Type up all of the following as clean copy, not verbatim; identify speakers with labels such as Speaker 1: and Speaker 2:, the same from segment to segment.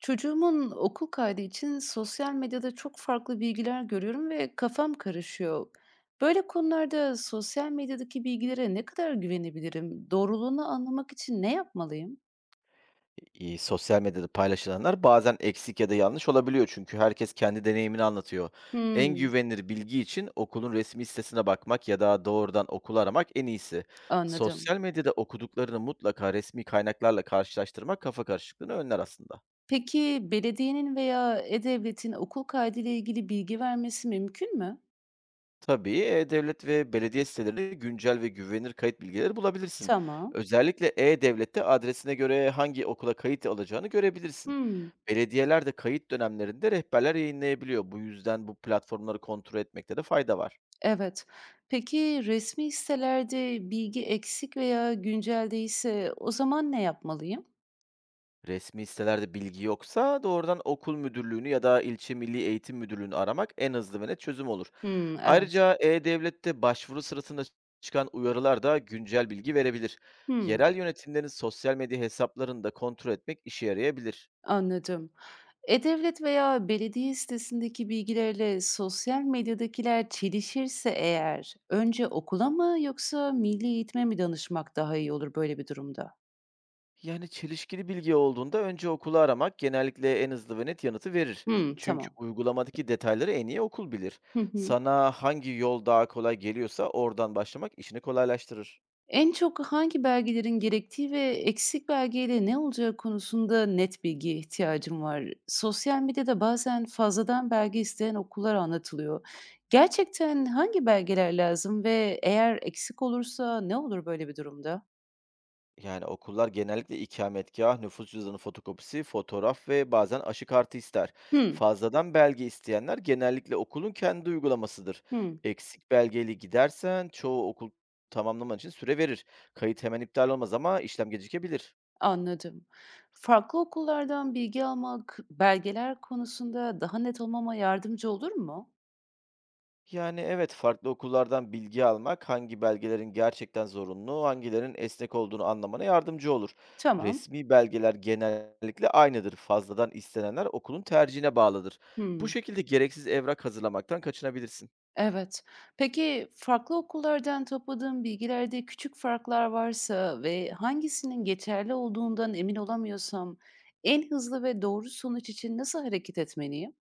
Speaker 1: Çocuğumun okul kaydı için sosyal medyada çok farklı bilgiler görüyorum ve kafam karışıyor. Böyle konularda sosyal medyadaki bilgilere ne kadar güvenebilirim? Doğruluğunu anlamak için ne yapmalıyım?
Speaker 2: Sosyal medyada paylaşılanlar bazen eksik ya da yanlış olabiliyor çünkü herkes kendi deneyimini anlatıyor. En
Speaker 1: Hmm,
Speaker 2: güvenilir bilgi için okulun resmi sitesine bakmak ya da doğrudan okulu aramak en iyisi.
Speaker 1: anladım.
Speaker 2: Sosyal medyada okuduklarını mutlaka resmi kaynaklarla karşılaştırmak kafa karışıklığını önler aslında.
Speaker 1: Peki belediyenin veya e-devletin okul kaydı ile ilgili bilgi vermesi mümkün mü?
Speaker 2: Tabii, e-devlet ve belediye sitelerinde güncel ve güvenilir kayıt bilgileri bulabilirsin.
Speaker 1: Tamam.
Speaker 2: Özellikle e-devlette adresine göre hangi okula kayıt alacağını görebilirsin.
Speaker 1: Hmm,
Speaker 2: Belediyeler de kayıt dönemlerinde rehberler yayınlayabiliyor. Bu yüzden bu platformları kontrol etmekte de fayda var.
Speaker 1: evet. Peki resmi sitelerde bilgi eksik veya güncel değilse o zaman ne yapmalıyım?
Speaker 2: Resmi sitelerde bilgi yoksa doğrudan okul müdürlüğünü ya da ilçe milli eğitim müdürlüğünü aramak en hızlı ve net çözüm olur.
Speaker 1: Hmm, evet.
Speaker 2: Ayrıca e-devlette başvuru sırasında çıkan uyarılar da güncel bilgi verebilir.
Speaker 1: Hmm.
Speaker 2: Yerel yönetimlerin sosyal medya hesaplarını da kontrol etmek işe yarayabilir.
Speaker 1: Anladım. E-Devlet veya belediye sitesindeki bilgilerle sosyal medyadakiler çelişirse eğer, önce okula mı yoksa milli eğitime mi danışmak daha iyi olur böyle bir durumda?
Speaker 2: Yani çelişkili bilgi olduğunda önce okulu aramak genellikle en hızlı ve net yanıtı verir.
Speaker 1: Hımm,
Speaker 2: Çünkü
Speaker 1: tamam.
Speaker 2: uygulamadaki detayları en iyi okul bilir.
Speaker 1: Hı hı.
Speaker 2: Sana hangi yol daha kolay geliyorsa oradan başlamak işini kolaylaştırır.
Speaker 1: En çok hangi belgelerin gerektiği ve eksik belgeyle ne olacağı konusunda net bilgiye ihtiyacım var. Sosyal medyada bazen fazladan belge isteyen okullar anlatılıyor. Gerçekten hangi belgeler lazım ve eğer eksik olursa ne olur böyle bir durumda?
Speaker 2: Yani okullar genellikle ikametgâh, nüfus cüzdanı fotokopisi, fotoğraf ve bazen aşı kartı ister.
Speaker 1: Hımm.
Speaker 2: Fazladan belge isteyenler genellikle okulun kendi uygulamasıdır.
Speaker 1: Hımm,
Speaker 2: Eksik belgeyle gidersen çoğu okul tamamlaman için süre verir. Kayıt hemen iptal olmaz ama işlem gecikebilir.
Speaker 1: anladım. Farklı okullardan bilgi almak, belgeler konusunda daha net olmama yardımcı olur mu?
Speaker 2: Yani, evet, farklı okullardan bilgi almak, hangi belgelerin gerçekten zorunlu, hangilerinin esnek olduğunu anlamana yardımcı olur.
Speaker 1: Tamam.
Speaker 2: Resmi belgeler genellikle aynıdır. Fazladan istenenler okulun tercihine bağlıdır. Bu
Speaker 1: Hımm,
Speaker 2: şekilde gereksiz evrak hazırlamaktan kaçınabilirsin.
Speaker 1: evet. Peki, farklı okullardan topladığım bilgilerde küçük farklar varsa ve hangisinin geçerli olduğundan emin olamıyorsam, en hızlı ve doğru sonuç için nasıl hareket etmeliyim?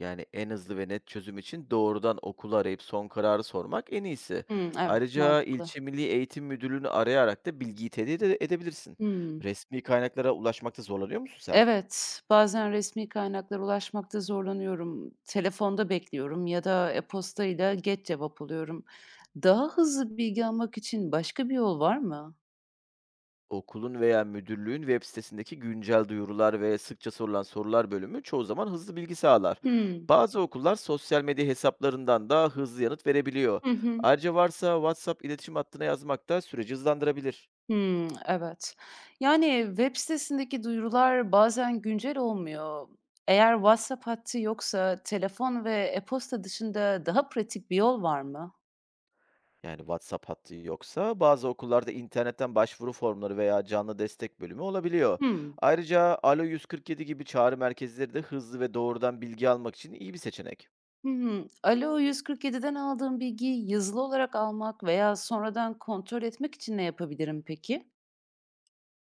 Speaker 2: Yani en hızlı ve net çözüm için doğrudan okulu arayıp son kararı sormak en iyisi.
Speaker 1: Hımm, evet,
Speaker 2: Ayrıca
Speaker 1: mantıklı.
Speaker 2: ilçe Milli Eğitim Müdürlüğü'nü arayarak da bilgiyi tehdit edebilirsin.
Speaker 1: Hımm.
Speaker 2: Resmi kaynaklara ulaşmakta zorlanıyor musun sen?
Speaker 1: Evet, bazen resmi kaynaklara ulaşmakta zorlanıyorum. Telefonda bekliyorum ya da e-postayla geç cevap alıyorum. Daha hızlı bilgi almak için başka bir yol var mı?
Speaker 2: Okulun veya müdürlüğün web sitesindeki güncel duyurular ve sıkça sorulan sorular bölümü çoğu zaman hızlı bilgi sağlar.
Speaker 1: Hımm.
Speaker 2: Bazı okullar sosyal medya hesaplarından da hızlı yanıt verebiliyor.
Speaker 1: Hı hı.
Speaker 2: Ayrıca varsa WhatsApp iletişim hattına yazmak da süreci hızlandırabilir.
Speaker 1: Hımm, evet. Yani, web sitesindeki duyurular bazen güncel olmuyor. Eğer WhatsApp hattı yoksa telefon ve e-posta dışında daha pratik bir yol var mı?
Speaker 2: Yani WhatsApp hattı yoksa bazı okullarda internetten başvuru formları veya canlı destek bölümü olabiliyor.
Speaker 1: Hımm.
Speaker 2: Ayrıca Alo 147 gibi çağrı merkezleri de hızlı ve doğrudan bilgi almak için iyi bir seçenek.
Speaker 1: Hımm. Aleo 147'den aldığım bilgiyi yazılı olarak almak veya sonradan kontrol etmek için ne yapabilirim peki?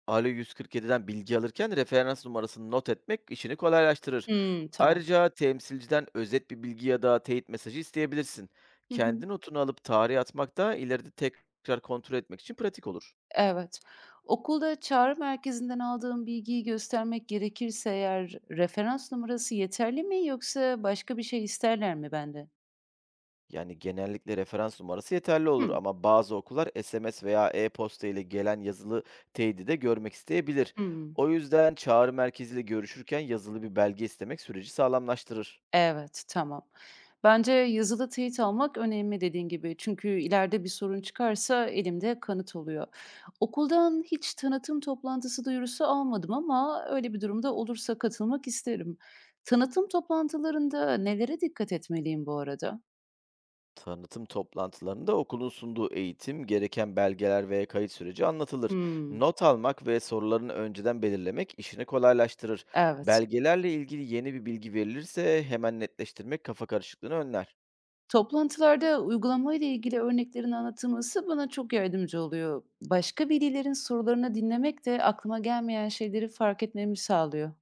Speaker 2: Alo 147'den bilgi alırken referans numarasını not etmek işini kolaylaştırır.
Speaker 1: Hımm, tamam.
Speaker 2: Ayrıca temsilciden özet bir bilgi ya da teyit mesajı isteyebilirsin.
Speaker 1: Hı hı.
Speaker 2: Kendi notunu alıp tarihe atmak da ileride tekrar kontrol etmek için pratik olur.
Speaker 1: Evet. Okulda çağrı merkezinden aldığım bilgiyi göstermek gerekirse eğer referans numarası yeterli mi yoksa başka bir şey isterler mi bende?
Speaker 2: Yani genellikle referans numarası yeterli olur
Speaker 1: Hımm.
Speaker 2: ama bazı okullar SMS veya e-posta ile gelen yazılı teyidi de görmek isteyebilir.
Speaker 1: Hımm.
Speaker 2: O yüzden çağrı merkeziyle görüşürken yazılı bir belge istemek süreci sağlamlaştırır.
Speaker 1: Evet, tamam. Bence yazılı teyit almak önemli dediğin gibi. Çünkü ileride bir sorun çıkarsa elimde kanıt oluyor. Okuldan hiç tanıtım toplantısı duyurusu almadım ama öyle bir durumda olursa katılmak isterim. Tanıtım toplantılarında nelere dikkat etmeliyim bu arada?
Speaker 2: Tanıtım toplantılarında okulun sunduğu eğitim, gereken belgeler ve kayıt süreci anlatılır.
Speaker 1: Hmm,
Speaker 2: Not almak ve sorularını önceden belirlemek işini kolaylaştırır.
Speaker 1: evet.
Speaker 2: Belgelerle ilgili yeni bir bilgi verilirse hemen netleştirmek kafa karışıklığını önler.
Speaker 1: Toplantılarda uygulamayla ilgili örneklerin anlatılması bana çok yardımcı oluyor. Başka velilerin sorularını dinlemek de aklıma gelmeyen şeyleri fark etmemi sağlıyor.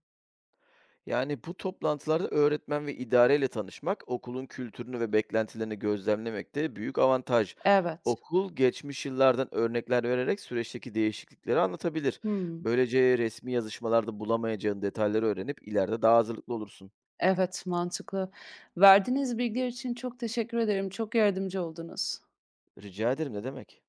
Speaker 2: Yani bu toplantılarda öğretmen ve idareyle tanışmak, okulun kültürünü ve beklentilerini gözlemlemek de büyük avantaj.
Speaker 1: Evet.
Speaker 2: Okul geçmiş yıllardan örnekler vererek süreçteki değişiklikleri anlatabilir.
Speaker 1: Hmm.
Speaker 2: Böylece resmi yazışmalarda bulamayacağın detayları öğrenip ileride daha hazırlıklı olursun.
Speaker 1: Evet, mantıklı. Verdiğiniz bilgiler için çok teşekkür ederim. Çok yardımcı oldunuz.
Speaker 2: Rica ederim, ne demek.